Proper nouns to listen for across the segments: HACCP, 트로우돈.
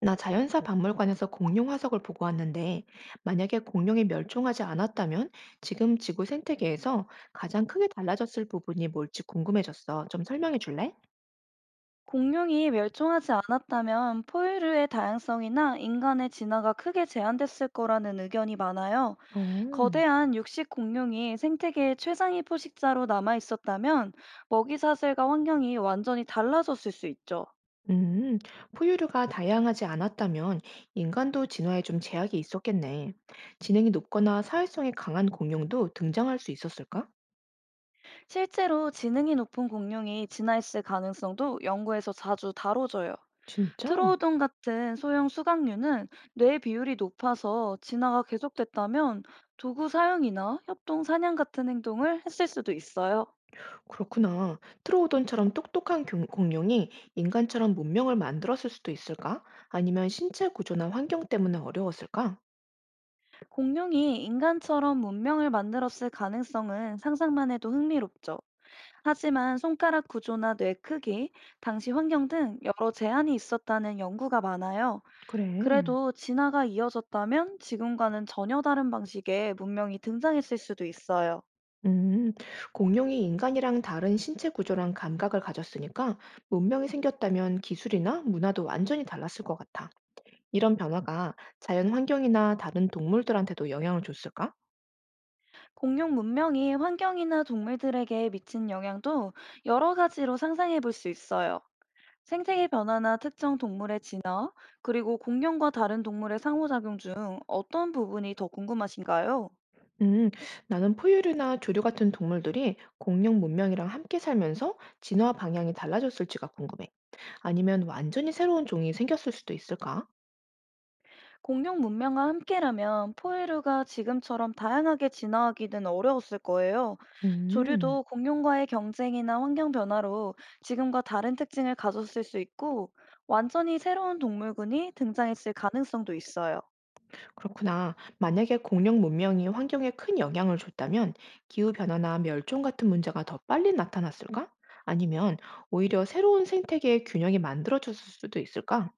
나 자연사 박물관에서 공룡 화석을 보고 왔는데, 만약에 공룡이 멸종하지 않았다면 지금 지구 생태계에서 가장 크게 달라졌을 부분이 뭘지 궁금해졌어. 좀 설명해 줄래? 공룡이 멸종하지 않았다면 포유류의 다양성이나 인간의 진화가 크게 제한됐을 거라는 의견이 많아요. 어. 거대한 육식 공룡이 생태계의 최상위 포식자로 남아 있었다면 먹이 사슬과 환경이 완전히 달라졌을 수 있죠. 음, 포유류가 다양하지 않았다면 인간도 진화에 좀 제약이 있었겠네. 지능이 높거나 사회성이 강한 공룡도 등장할 수 있었을까? 실제로 지능이 높은 공룡이 진화했을 가능성도 연구에서 자주 다뤄져요. 진짜? 트로우돈 같은 소형 수강류는 뇌 비율이 높아서 진화가 계속됐다면 도구 사용이나 협동 사냥 같은 행동을 했을 수도 있어요. 그렇구나. 트로오돈처럼 똑똑한 공룡이 인간처럼 문명을 만들었을 수도 있을까? 아니면 신체 구조나 환경 때문에 어려웠을까? 공룡이 인간처럼 문명을 만들었을 가능성은 상상만 해도 흥미롭죠. 하지만 손가락 구조나 뇌 크기, 당시 환경 등 여러 제한이 있었다는 연구가 많아요. 그래. 그래도 진화가 이어졌다면 지금과는 전혀 다른 방식의 문명이 등장했을 수도 있어요. 음, 공룡이 인간이랑 다른 신체 구조랑 감각을 가졌으니까 문명이 생겼다면 기술이나 문화도 완전히 달랐을 것 같아. 이런 변화가 자연 환경이나 다른 동물들한테도 영향을 줬을까? 공룡 문명이 환경이나 동물들에게 미친 영향도 여러 가지로 상상해 볼 수 있어요. 생태계 변화나 특정 동물의 진화, 그리고 공룡과 다른 동물의 상호작용 중 어떤 부분이 더 궁금하신가요? 음, 나는 포유류나 조류 같은 동물들이 공룡 문명이랑 함께 살면서 진화 방향이 달라졌을지가 궁금해. 아니면 완전히 새로운 종이 생겼을 수도 있을까? 공룡 문명과 함께라면 포유류가 지금처럼 다양하게 진화하기는 어려웠을 거예요. 음, 조류도 공룡과의 경쟁이나 환경 변화로 지금과 다른 특징을 가졌을 수 있고, 완전히 새로운 동물군이 등장했을 가능성도 있어요. 그렇구나. 만약에 공룡 문명이 환경에 큰 영향을 줬다면 기후변화나 멸종 같은 문제가 더 빨리 나타났을까? 아니면 오히려 새로운 생태계의 균형이 만들어졌을 수도 있을까?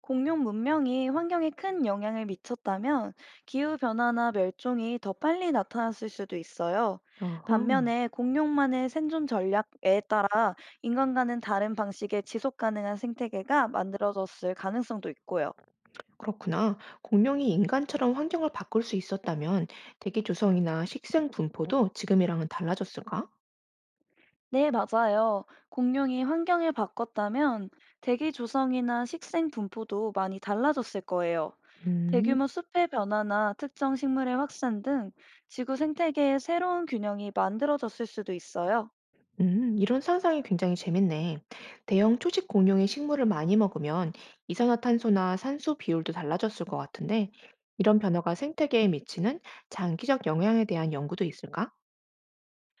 공룡 문명이 환경에 큰 영향을 미쳤다면 기후변화나 멸종이 더 빨리 나타났을 수도 있어요. 어허. 반면에 공룡만의 생존 전략에 따라 인간과는 다른 방식의 지속 가능한 생태계가 만들어졌을 가능성도 있고요. 그렇구나. 공룡이 인간처럼 환경을 바꿀 수 있었다면 대기 조성이나 식생 분포도 지금이랑은 달라졌을까? 네, 맞아요. 공룡이 환경을 바꿨다면 대기 조성이나 식생 분포도 많이 달라졌을 거예요. 음. 대규모 숲의 변화나 특정 식물의 확산 등 지구 생태계의 새로운 균형이 만들어졌을 수도 있어요. 이런 상상이 굉장히 재밌네. 대형 초식 공룡이 식물을 많이 먹으면 이산화탄소나 산소 비율도 달라졌을 것 같은데, 이런 변화가 생태계에 미치는 장기적 영향에 대한 연구도 있을까?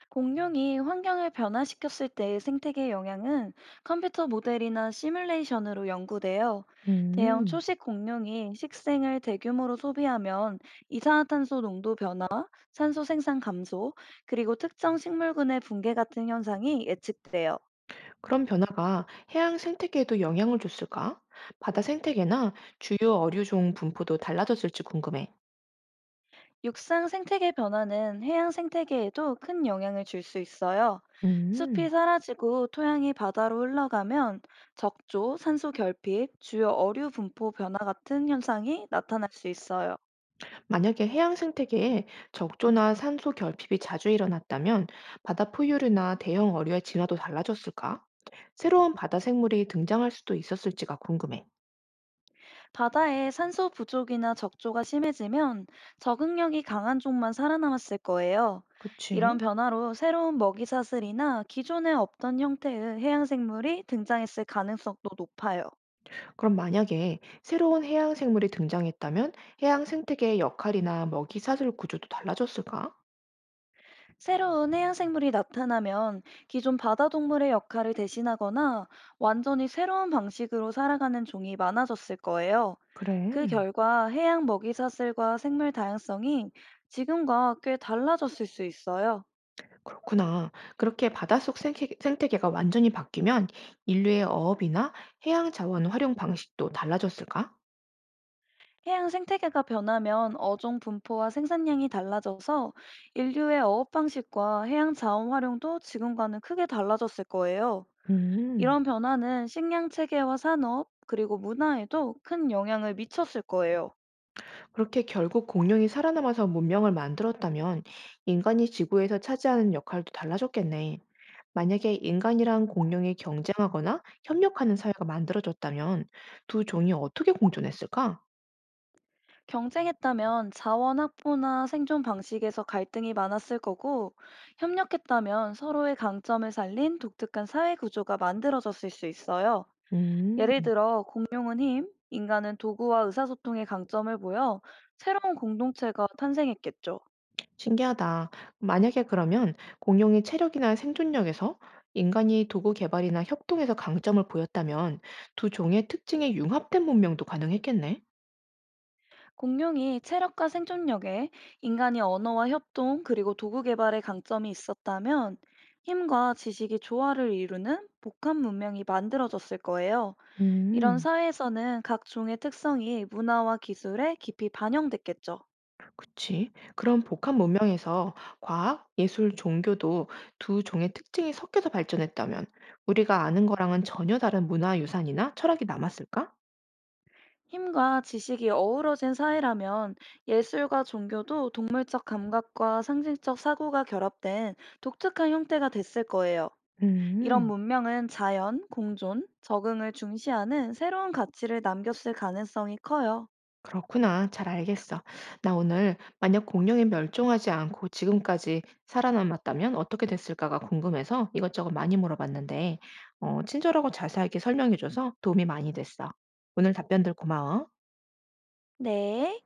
공룡이 환경을 변화시켰을 때의 생태계 영향은 컴퓨터 모델이나 시뮬레이션으로 연구되어, 대형 음, 초식 공룡이 식생을 대규모로 소비하면 이산화탄소 농도 변화, 산소 생산 감소, 그리고 특정 식물군의 붕괴 같은 현상이 예측돼요. 그런 변화가 해양 생태계에도 영향을 줬을까? 바다 생태계나 주요 어류종 분포도 달라졌을지 궁금해. 육상 생태계 변화는 해양 생태계에도 큰 영향을 줄 수 있어요. 숲이 음. 사라지고 토양이 바다로 흘러가면 적조, 산소 결핍, 주요 어류 분포 변화 같은 현상이 나타날 수 있어요. 만약에 해양 생태계에 적조나 산소 결핍이 자주 일어났다면 바다 포유류나 대형 어류의 진화도 달라졌을까? 새로운 바다 생물이 등장할 수도 있었을지가 궁금해. 바다에 산소 부족이나 적조가 심해지면 적응력이 강한 종만 살아남았을 거예요. 그치? 이런 변화로 새로운 먹이 사슬이나 기존에 없던 형태의 해양 생물이 등장했을 가능성도 높아요. 그럼 만약에 새로운 해양 생물이 등장했다면 해양 생태계의 역할이나 먹이 사슬 구조도 달라졌을까? 새로운 해양생물이 나타나면 기존 바다 동물의 역할을 대신하거나 완전히 새로운 방식으로 살아가는 종이 많아졌을 거예요. 그 그래. 결과 해양 먹이 사슬과 생물 다양성이 지금과 꽤 달라졌을 수 있어요. 그렇구나. 그렇게 바닷속 생태계가 완전히 바뀌면 인류의 어업이나 해양 자원 활용 방식도 달라졌을까? 해양 생태계가 변하면 어종 분포와 생산량이 달라져서 인류의 어업 방식과 해양 자원 활용도 지금과는 크게 달라졌을 거예요. 음. 이런 변화는 식량 체계와 산업, 그리고 문화에도 큰 영향을 미쳤을 거예요. 그렇게 결국 공룡이 살아남아서 문명을 만들었다면 인간이 지구에서 차지하는 역할도 달라졌겠네. 만약에 인간이랑 공룡이 경쟁하거나 협력하는 사회가 만들어졌다면 두 종이 어떻게 공존했을까? 경쟁했다면 자원 확보나 생존 방식에서 갈등이 많았을 거고, 협력했다면 서로의 강점을 살린 독특한 사회 구조가 만들어졌을 수 있어요. 음, 예를 들어, 공룡은 힘, 인간은 도구와 의사소통의 강점을 보여 새로운 공동체가 탄생했겠죠. 신기하다. 만약에 그러면 공룡이 체력이나 생존력에서 인간이 도구 개발이나 협동에서 강점을 보였다면 두 종의 특징이 융합된 문명도 가능했겠네. 공룡이 체력과 생존력에, 인간이 언어와 협동 그리고 도구 개발의 강점이 있었다면 힘과 지식이 조화를 이루는 복합 문명이 만들어졌을 거예요. 이런 음. 사회에서는 각 종의 특성이 문화와 기술에 깊이 반영됐겠죠. 그치. 그런 복합 문명에서 과학, 예술, 종교도 두 종의 특징이 섞여서 발전했다면 우리가 아는 거랑은 전혀 다른 문화 유산이나 철학이 남았을까? 힘과 지식이 어우러진 사회라면 예술과 종교도 동물적 감각과 상징적 사고가 결합된 독특한 형태가 됐을 거예요. 이런 음, 문명은 자연, 공존, 적응을 중시하는 새로운 가치를 남겼을 가능성이 커요. 그렇구나. 잘 알겠어. 나 오늘 만약 공룡이 멸종하지 않고 지금까지 살아남았다면 어떻게 됐을까가 궁금해서 이것저것 많이 물어봤는데, 어, 친절하고 자세하게 설명해줘서 도움이 많이 됐어. 오늘 답변들 고마워. 네.